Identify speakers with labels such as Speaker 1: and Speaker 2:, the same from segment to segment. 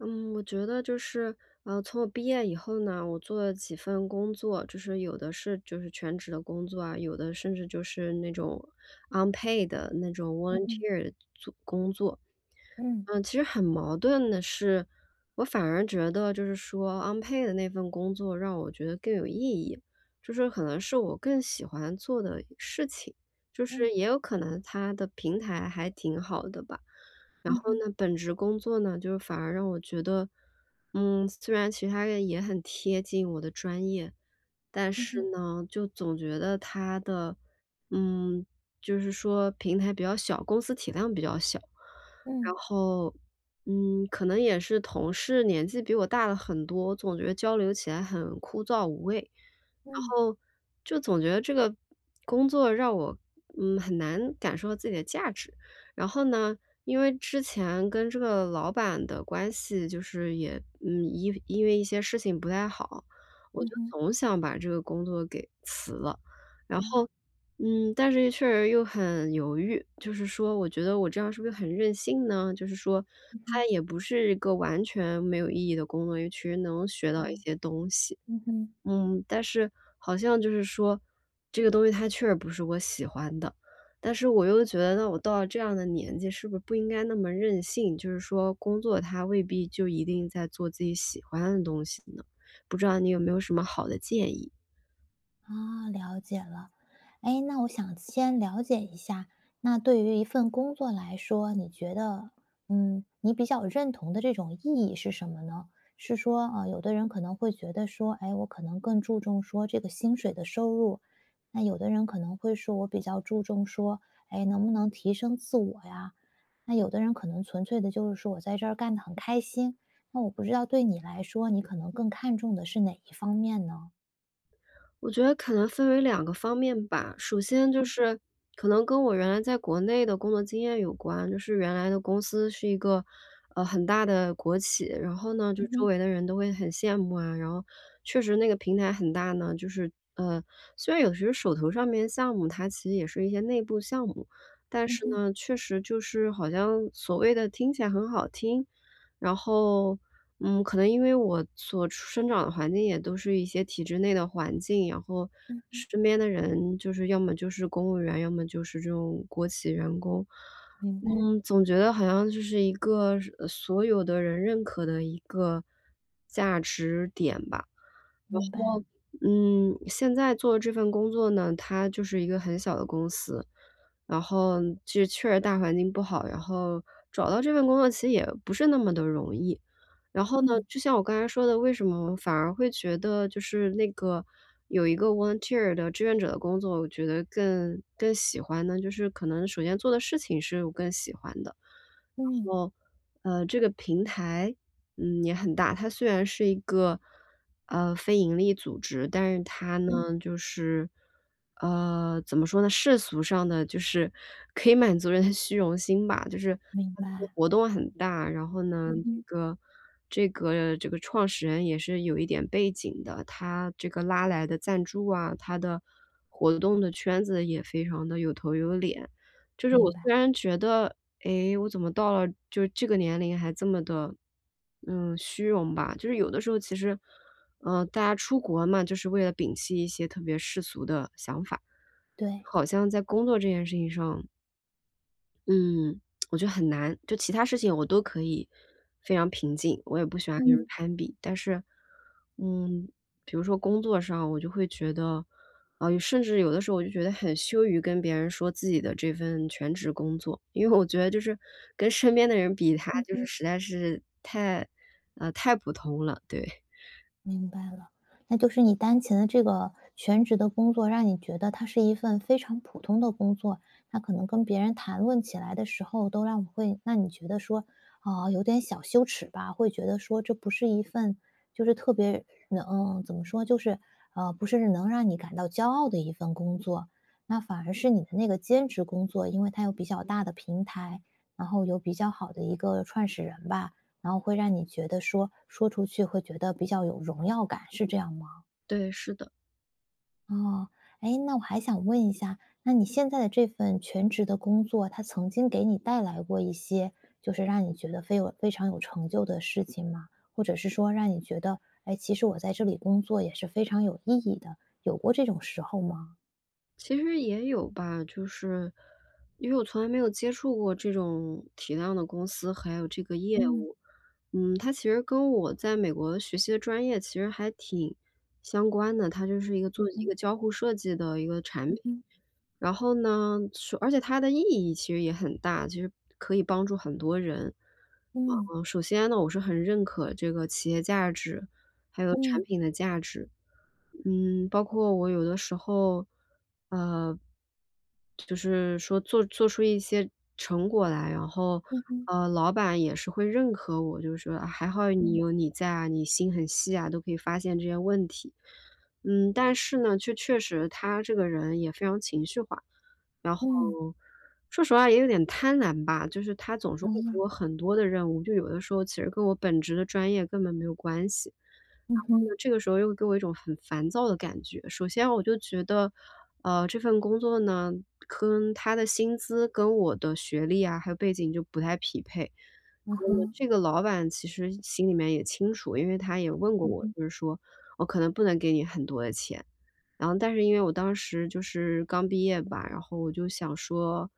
Speaker 1: 嗯，我觉得从我毕业以后呢，我做了几份工作，就是有的是全职的工作啊，有的甚至就是那种 unpaid 的那种
Speaker 2: 嗯哼，
Speaker 1: volunteer 的做工作。
Speaker 2: 嗯，
Speaker 1: 嗯，其实很矛盾的是，我反而觉得就是说 unpaid 的那份工作让我觉得更有意义，就是可能是我更喜欢做的事情，就
Speaker 2: 嗯，
Speaker 1: 是也有可能它的平台还挺好的吧。然
Speaker 2: 嗯
Speaker 1: 后
Speaker 2: 哼，
Speaker 1: 呢，本职工作呢，就是反而让我觉得，虽然其他人也很贴近我的专业，但
Speaker 2: 嗯
Speaker 1: 是
Speaker 2: 哼，
Speaker 1: 呢，就总觉得他的，嗯，就是说平台比较小，公司体量比较小，
Speaker 2: 嗯，
Speaker 1: 然后，可能也是同事年纪比我大了很多，总觉得交流起来很枯燥无味，然
Speaker 2: 嗯，
Speaker 1: 后就总觉得这个工作让我,很难感受到自己的价值。然后呢，因为之前跟这个老板的关系就是也，因为一些事情不太好，我
Speaker 2: 嗯
Speaker 1: 就
Speaker 2: 哼，
Speaker 1: 总想把这个工作给辞了。然
Speaker 2: 啊，
Speaker 1: 后，嗯，但是确实又很犹豫，就是说我觉得我这样是不是很任性呢？就是说
Speaker 2: 嗯
Speaker 1: 它
Speaker 2: 哼，
Speaker 1: 也不是一个完全没有意义的工作，因为其实能学到一
Speaker 2: 嗯。
Speaker 1: 些东西。
Speaker 2: 嗯哼。
Speaker 1: 但是好像就是说，这个东西它确实不是我喜欢的，但是我又觉得，那我到了这样的年纪，是不是不应该那么任性？就是说，工作它未必就一定在做自己喜欢的东西呢？不知道你有没有什么好的建议？
Speaker 2: 啊，了解了。哎，那我想先了解一下，那对于一份工作来说，你觉得，你比较认同的这种意义是什么呢？是说，有的人可能会觉得说，哎，我可能更注重说这个薪水的收入，那有的人可能会说我比较注重说，哎，能不能提升自我呀？那有的人可能纯粹的就是说我在这儿干得很开心。那我不知道对你来说，你可能更看重的是哪一方面呢？
Speaker 1: 我觉得可能分为两个方面吧。首先就
Speaker 2: 嗯，
Speaker 1: 是可能跟我原来在国内的工作经验有关，就是原来的公司是一个，很大的国企，然后呢，就
Speaker 2: 嗯
Speaker 1: 周
Speaker 2: 哼，
Speaker 1: 围的人都会很羡慕啊，然后确实那个平台很大呢，就是，虽然有时候手头上面项目它其实也是一些内部项目，但
Speaker 2: 嗯
Speaker 1: 是
Speaker 2: 哼。
Speaker 1: 呢，确实就是好像所谓的听起来很好听，然后嗯，可能因为我所处生长的环境也都是一些体制内的环境，然后
Speaker 2: 嗯，
Speaker 1: 身边的人就是要么就是公务员，要么就是这种国企员工。
Speaker 2: 明白，
Speaker 1: 嗯，总觉得好像就是一个所有的人认可的一个价值点吧。然
Speaker 2: 明白，
Speaker 1: 后，嗯，现在做的这份工作呢，它就是一个很小的公司，然后这确实大环境不好，然后找到这份工作其实也不是那么的容易。然后呢，
Speaker 2: 嗯，
Speaker 1: 就像我刚才说的，为什么反而会觉得就是那个有一个 volunteer 的志愿者的工作，我觉得更喜欢呢？就是可能首先做的事情是我更喜欢的，
Speaker 2: 嗯，
Speaker 1: 然后，这个平台嗯，也很大。它虽然是一个，非盈利组织，但是它呢，
Speaker 2: 嗯，
Speaker 1: 嗯就是，怎么说呢，世俗上的就是可以满足人的虚荣心吧。就是
Speaker 2: 明
Speaker 1: 它这个
Speaker 2: 白，
Speaker 1: 活动很大，然后呢，
Speaker 2: 嗯
Speaker 1: 这
Speaker 2: 哼，
Speaker 1: 个这个这个创始人也是有一点背景的，他这个拉来的赞助啊，他的活动的圈子也非常的有头有脸。就是我
Speaker 2: 明白，
Speaker 1: 虽然觉得诶，我怎么到了就这个年龄还这么的，虚荣吧？就是有的时候其实，大家出国嘛，就是为了摒弃一些特别世俗的想法，
Speaker 2: 对，
Speaker 1: 好像在工作这件事情上，嗯，我觉得很难，就其他事情我都可以非常平静，我也不喜欢跟人
Speaker 2: 嗯。
Speaker 1: 攀比。但是，嗯，比如说工作上，我就会觉得，啊，甚至有的时候我就觉得很羞于跟别人说自己的这份全职工作，因为我觉得就是跟身边的人比他就是
Speaker 2: 嗯，
Speaker 1: 实在是太太普通了，对，
Speaker 2: 明白了，那就是你当前的这个全职的工作，让你觉得它是一份非常普通的工作，那可能跟别人谈论起来的时候，都让会让你觉得说，啊、有点小羞耻吧，会觉得说这不是一份就是特别能、怎么说，就是不是能让你感到骄傲的一份工作，那反而是你的那个兼职工作，因为它有比较大的平台，然后有比较好的一个创始人吧，然后会让你觉得说说出去会觉得比较有荣耀感，是这样吗？
Speaker 1: 对，是的。
Speaker 2: 哦，哎，那我还想问一下，那你现在的这份全职的工作，它曾经给你带来过一些就是让你觉得非有非常有成就的事情吗？或者是说让你觉得，哎，其实我在这里工作也是非常有意义的，有过这种时候吗？
Speaker 1: 其实也有吧，就是因为我从来没有接触过这种体量的公司，还有这个业
Speaker 2: 嗯，
Speaker 1: 务。嗯，它其实跟我在美国学习的专业其实还挺相关的，它就是一个做
Speaker 2: 嗯
Speaker 1: 一
Speaker 2: 哼，
Speaker 1: 个交互设计的一个产
Speaker 2: 嗯
Speaker 1: 品。
Speaker 2: 哼，
Speaker 1: 然后呢，是而且它的意义其实也很大，其实可以帮助很多人。
Speaker 2: 嗯，
Speaker 1: 嗯，首先呢，我是很认可这个企业价值，还有产
Speaker 2: 嗯，
Speaker 1: 品的价值。嗯，包括我有的时候，呃，就是说做出一些成果来，然后，
Speaker 2: 嗯哼，
Speaker 1: 老板也是会认可我，就是说，啊还好你
Speaker 2: 嗯，
Speaker 1: 有你在啊，你心很细啊，都可以发现这些问题。嗯，但是呢，确实他这个人也非常情绪化。然
Speaker 2: 嗯，
Speaker 1: 后说实话也有点贪婪吧，就是他总是会给
Speaker 2: 啊，
Speaker 1: 我很多的任务，就有的时候其实跟我本职的专业根本没有关系。
Speaker 2: 嗯
Speaker 1: 然后
Speaker 2: 哼，
Speaker 1: 呢，这个时候又给我一种很烦躁的感觉。首先我就觉得，这份工作呢，跟他的薪资、跟我的学历啊，还有背景就不太匹配。然
Speaker 2: 嗯
Speaker 1: 后呢，
Speaker 2: 哼，
Speaker 1: 这个老板其实心里面也清楚，因为他也问过
Speaker 2: 嗯
Speaker 1: 我，
Speaker 2: 哼，
Speaker 1: 就是说我可能不能给你很多的钱，然后但是因为我当时就是刚毕业吧，然后我就想说，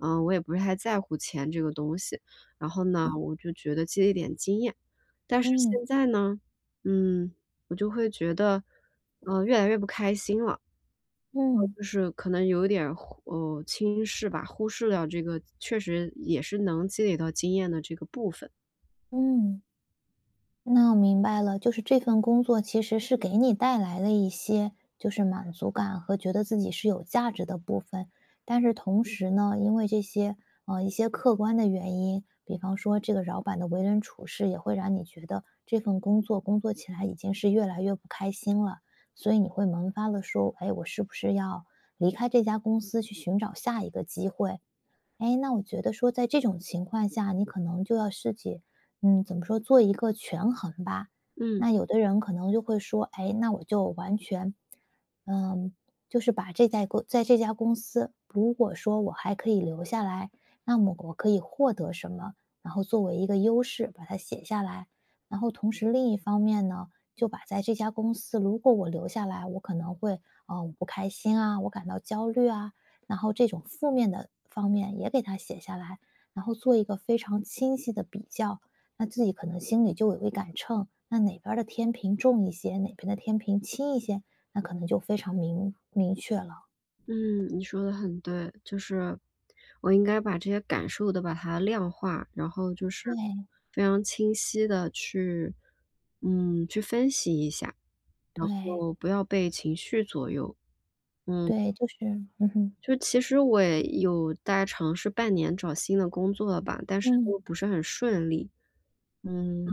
Speaker 1: 嗯，我也不是太在乎钱这个东西，然后呢，嗯我就觉得积累点经验。但是
Speaker 2: 嗯，
Speaker 1: 现在呢，嗯，我就会觉得，越来越不开心了。
Speaker 2: 嗯，
Speaker 1: 就是可能有一点儿轻视吧，忽视了这个确实也是能积累到经验的这个部分，
Speaker 2: 嗯，嗯。那我明白了，就是这份工作其实是给你带来了一些就是满足感和觉得自己是有价值的部分，但是同时呢，因为这些一些客观的原因，比方说这个老板的为人处事，也会让你觉得这份工作工作起来已经是越来越不开心了，所以你会萌发了说，哎，我是不是要离开这家公司去寻找下一个机会？哎，那我觉得说在这种情况下，你可能就要自己，怎么说，做一个权衡吧。
Speaker 1: 嗯。
Speaker 2: 那有的人可能就会说，哎，那我就完全，嗯，就是把这在公在这家公司，如果说我还可以留下来，那么我可以获得什么，然后作为一个优势把它写下来。然后同时另一方面呢，就把在这家公司，如果我留下来，我可能会，我不开心啊，我感到焦虑啊，然后这种负面的方面也给它写下来，然后做一个非常清晰的比较，那自己可能心里就有一杆秤，那哪边儿的天平重一些，哪边的天平轻一些，那可能就非常明确了。
Speaker 1: 嗯，你说的很对，就是我应该把这些感受都把它量化，然后就是
Speaker 2: 对，
Speaker 1: 非常清晰的去嗯，去分析一下，然
Speaker 2: 对，
Speaker 1: 后不要被情绪左右，嗯。
Speaker 2: 对，就是嗯哼，
Speaker 1: 就其实我也有在尝试半年找新的工作了吧，但是
Speaker 2: 嗯，
Speaker 1: 都不是很顺利。嗯，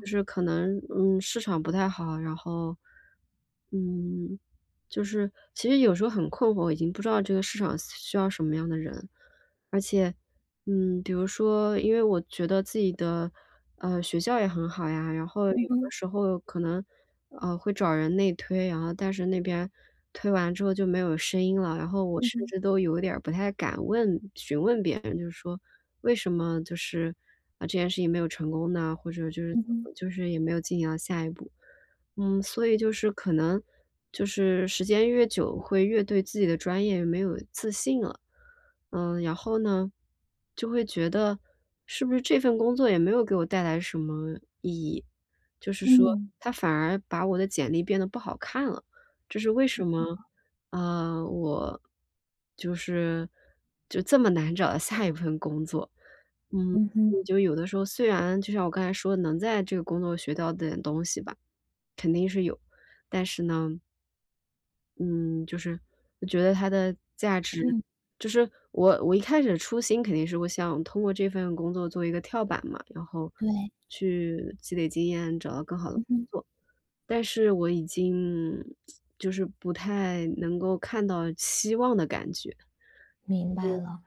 Speaker 1: 就是可能，嗯，市场不太好，然后，嗯，就是其实有时候很困惑，我已经不知道这个市场需要什么样的人，而且，嗯，比如说，因为我觉得自己的，学校也很好呀，然后有
Speaker 2: 嗯
Speaker 1: 的
Speaker 2: 哼，
Speaker 1: 时候可能，会找人内推，然后但是那边推完之后就没有声音了，然后我
Speaker 2: 嗯
Speaker 1: 甚
Speaker 2: 哼，
Speaker 1: 至都有点儿不太敢问询问别人，就是说为什么就是这件事情没有成功呢？或者就是
Speaker 2: 嗯哼，
Speaker 1: 就是也没有进行到下一步。嗯，所以就是可能就是时间越久，会越对自己的专业没有自信了。嗯，然后呢，就会觉得是不是这份工作也没有给我带来什么意义，就是说
Speaker 2: 嗯，
Speaker 1: 它反而把我的简历变得不好看了。这是为什么，我就是就这么难找到下一份工作。嗯，
Speaker 2: 嗯哼，
Speaker 1: 就有的时候虽然就像我刚才说能在这个工作学到点东西吧，肯定是有，但是呢嗯，就是我觉得它的价值
Speaker 2: 嗯，
Speaker 1: 就是我一开始初心肯定是我想通过这份工作做一个跳板嘛，然后
Speaker 2: 对，
Speaker 1: 去积累经验，找到更好的
Speaker 2: 嗯
Speaker 1: 工
Speaker 2: 哼，
Speaker 1: 作。但是我已经就是不太能够看到希望的感觉。
Speaker 2: 明白了。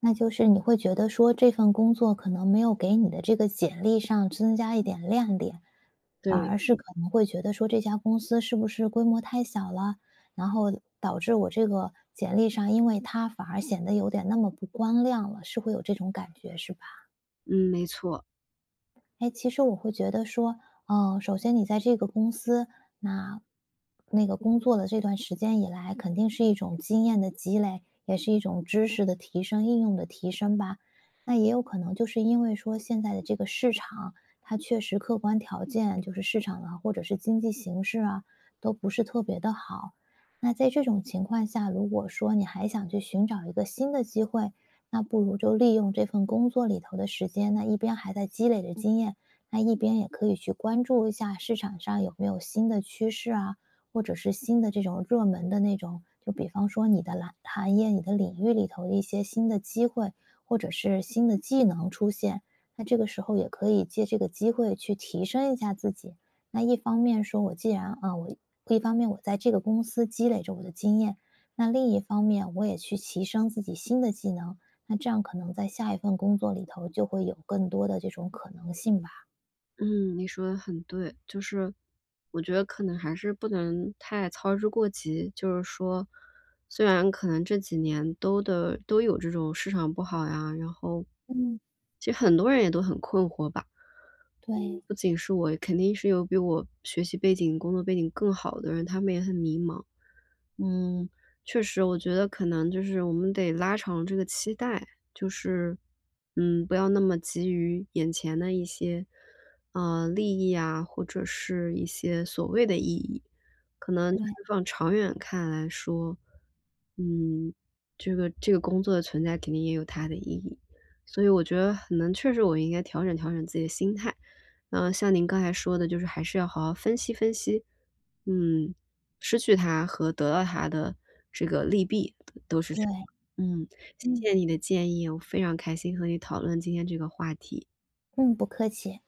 Speaker 2: 那就是你会觉得说这份工作可能没有给你的这个简历上增加一点亮点，反
Speaker 1: 对，
Speaker 2: 而是可能会觉得说这家公司是不是规模太小了，然后导致我这个简历上因为它反而显得有点那么不光亮了，是会有这种感觉是吧？
Speaker 1: 嗯，没错。
Speaker 2: 哎，其实我会觉得说，首先你在这个公司，那那个工作的这段时间以来，肯定是一种经验的积累，也是一种知识的提升、应用的提升吧。那也有可能就是因为说现在的这个市场，它确实客观条件，就是市场啊，或者是经济形势啊，都不是特别的好。那在这种情况下，如果说你还想去寻找一个新的机会，那不如就利用这份工作里头的时间，那一边还在积累着经验，那一边也可以去关注一下市场上有没有新的趋势啊，或者是新的这种热门的那种，就比方说你的蓝行业、你的领域里头的一些新的机会，或者是新的技能出现。那这个时候也可以借这个机会去提升一下自己。那一方面说，我既然啊，我一方面我在这个公司积累着我的经验，那另一方面我也去提升自己新的技能。那这样可能在下一份工作里头就会有更多的这种可能性吧。
Speaker 1: 嗯，你说的很对，就是我觉得可能还是不能太操之过急。就是说，虽然可能这几年都有这种市场不好呀，然后
Speaker 2: 嗯，
Speaker 1: 其实很多人也都很困惑吧。嗯，
Speaker 2: 对，
Speaker 1: 不仅是我，肯定是有比我学习背景、工作背景更好的人，他们也很迷茫。嗯，确实，我觉得可能就是我们得拉长这个期待，就是，嗯，不要那么急于眼前的一些利益啊，或者是一些所谓的意义。可能就
Speaker 2: 对，
Speaker 1: 是放长远看来说，嗯，这个工作的存在肯定也有它的意义。所以我觉得可能确实我应该调整调整自己的心态。嗯，像您刚才说的，就是还是要好好分析分析，嗯，失去它和得到它的这个利弊都是
Speaker 2: 对，
Speaker 1: 什么嗯，
Speaker 2: 嗯，
Speaker 1: 谢谢你的建议，我非常开心和你讨论今天这个话题。
Speaker 2: 嗯，不客气。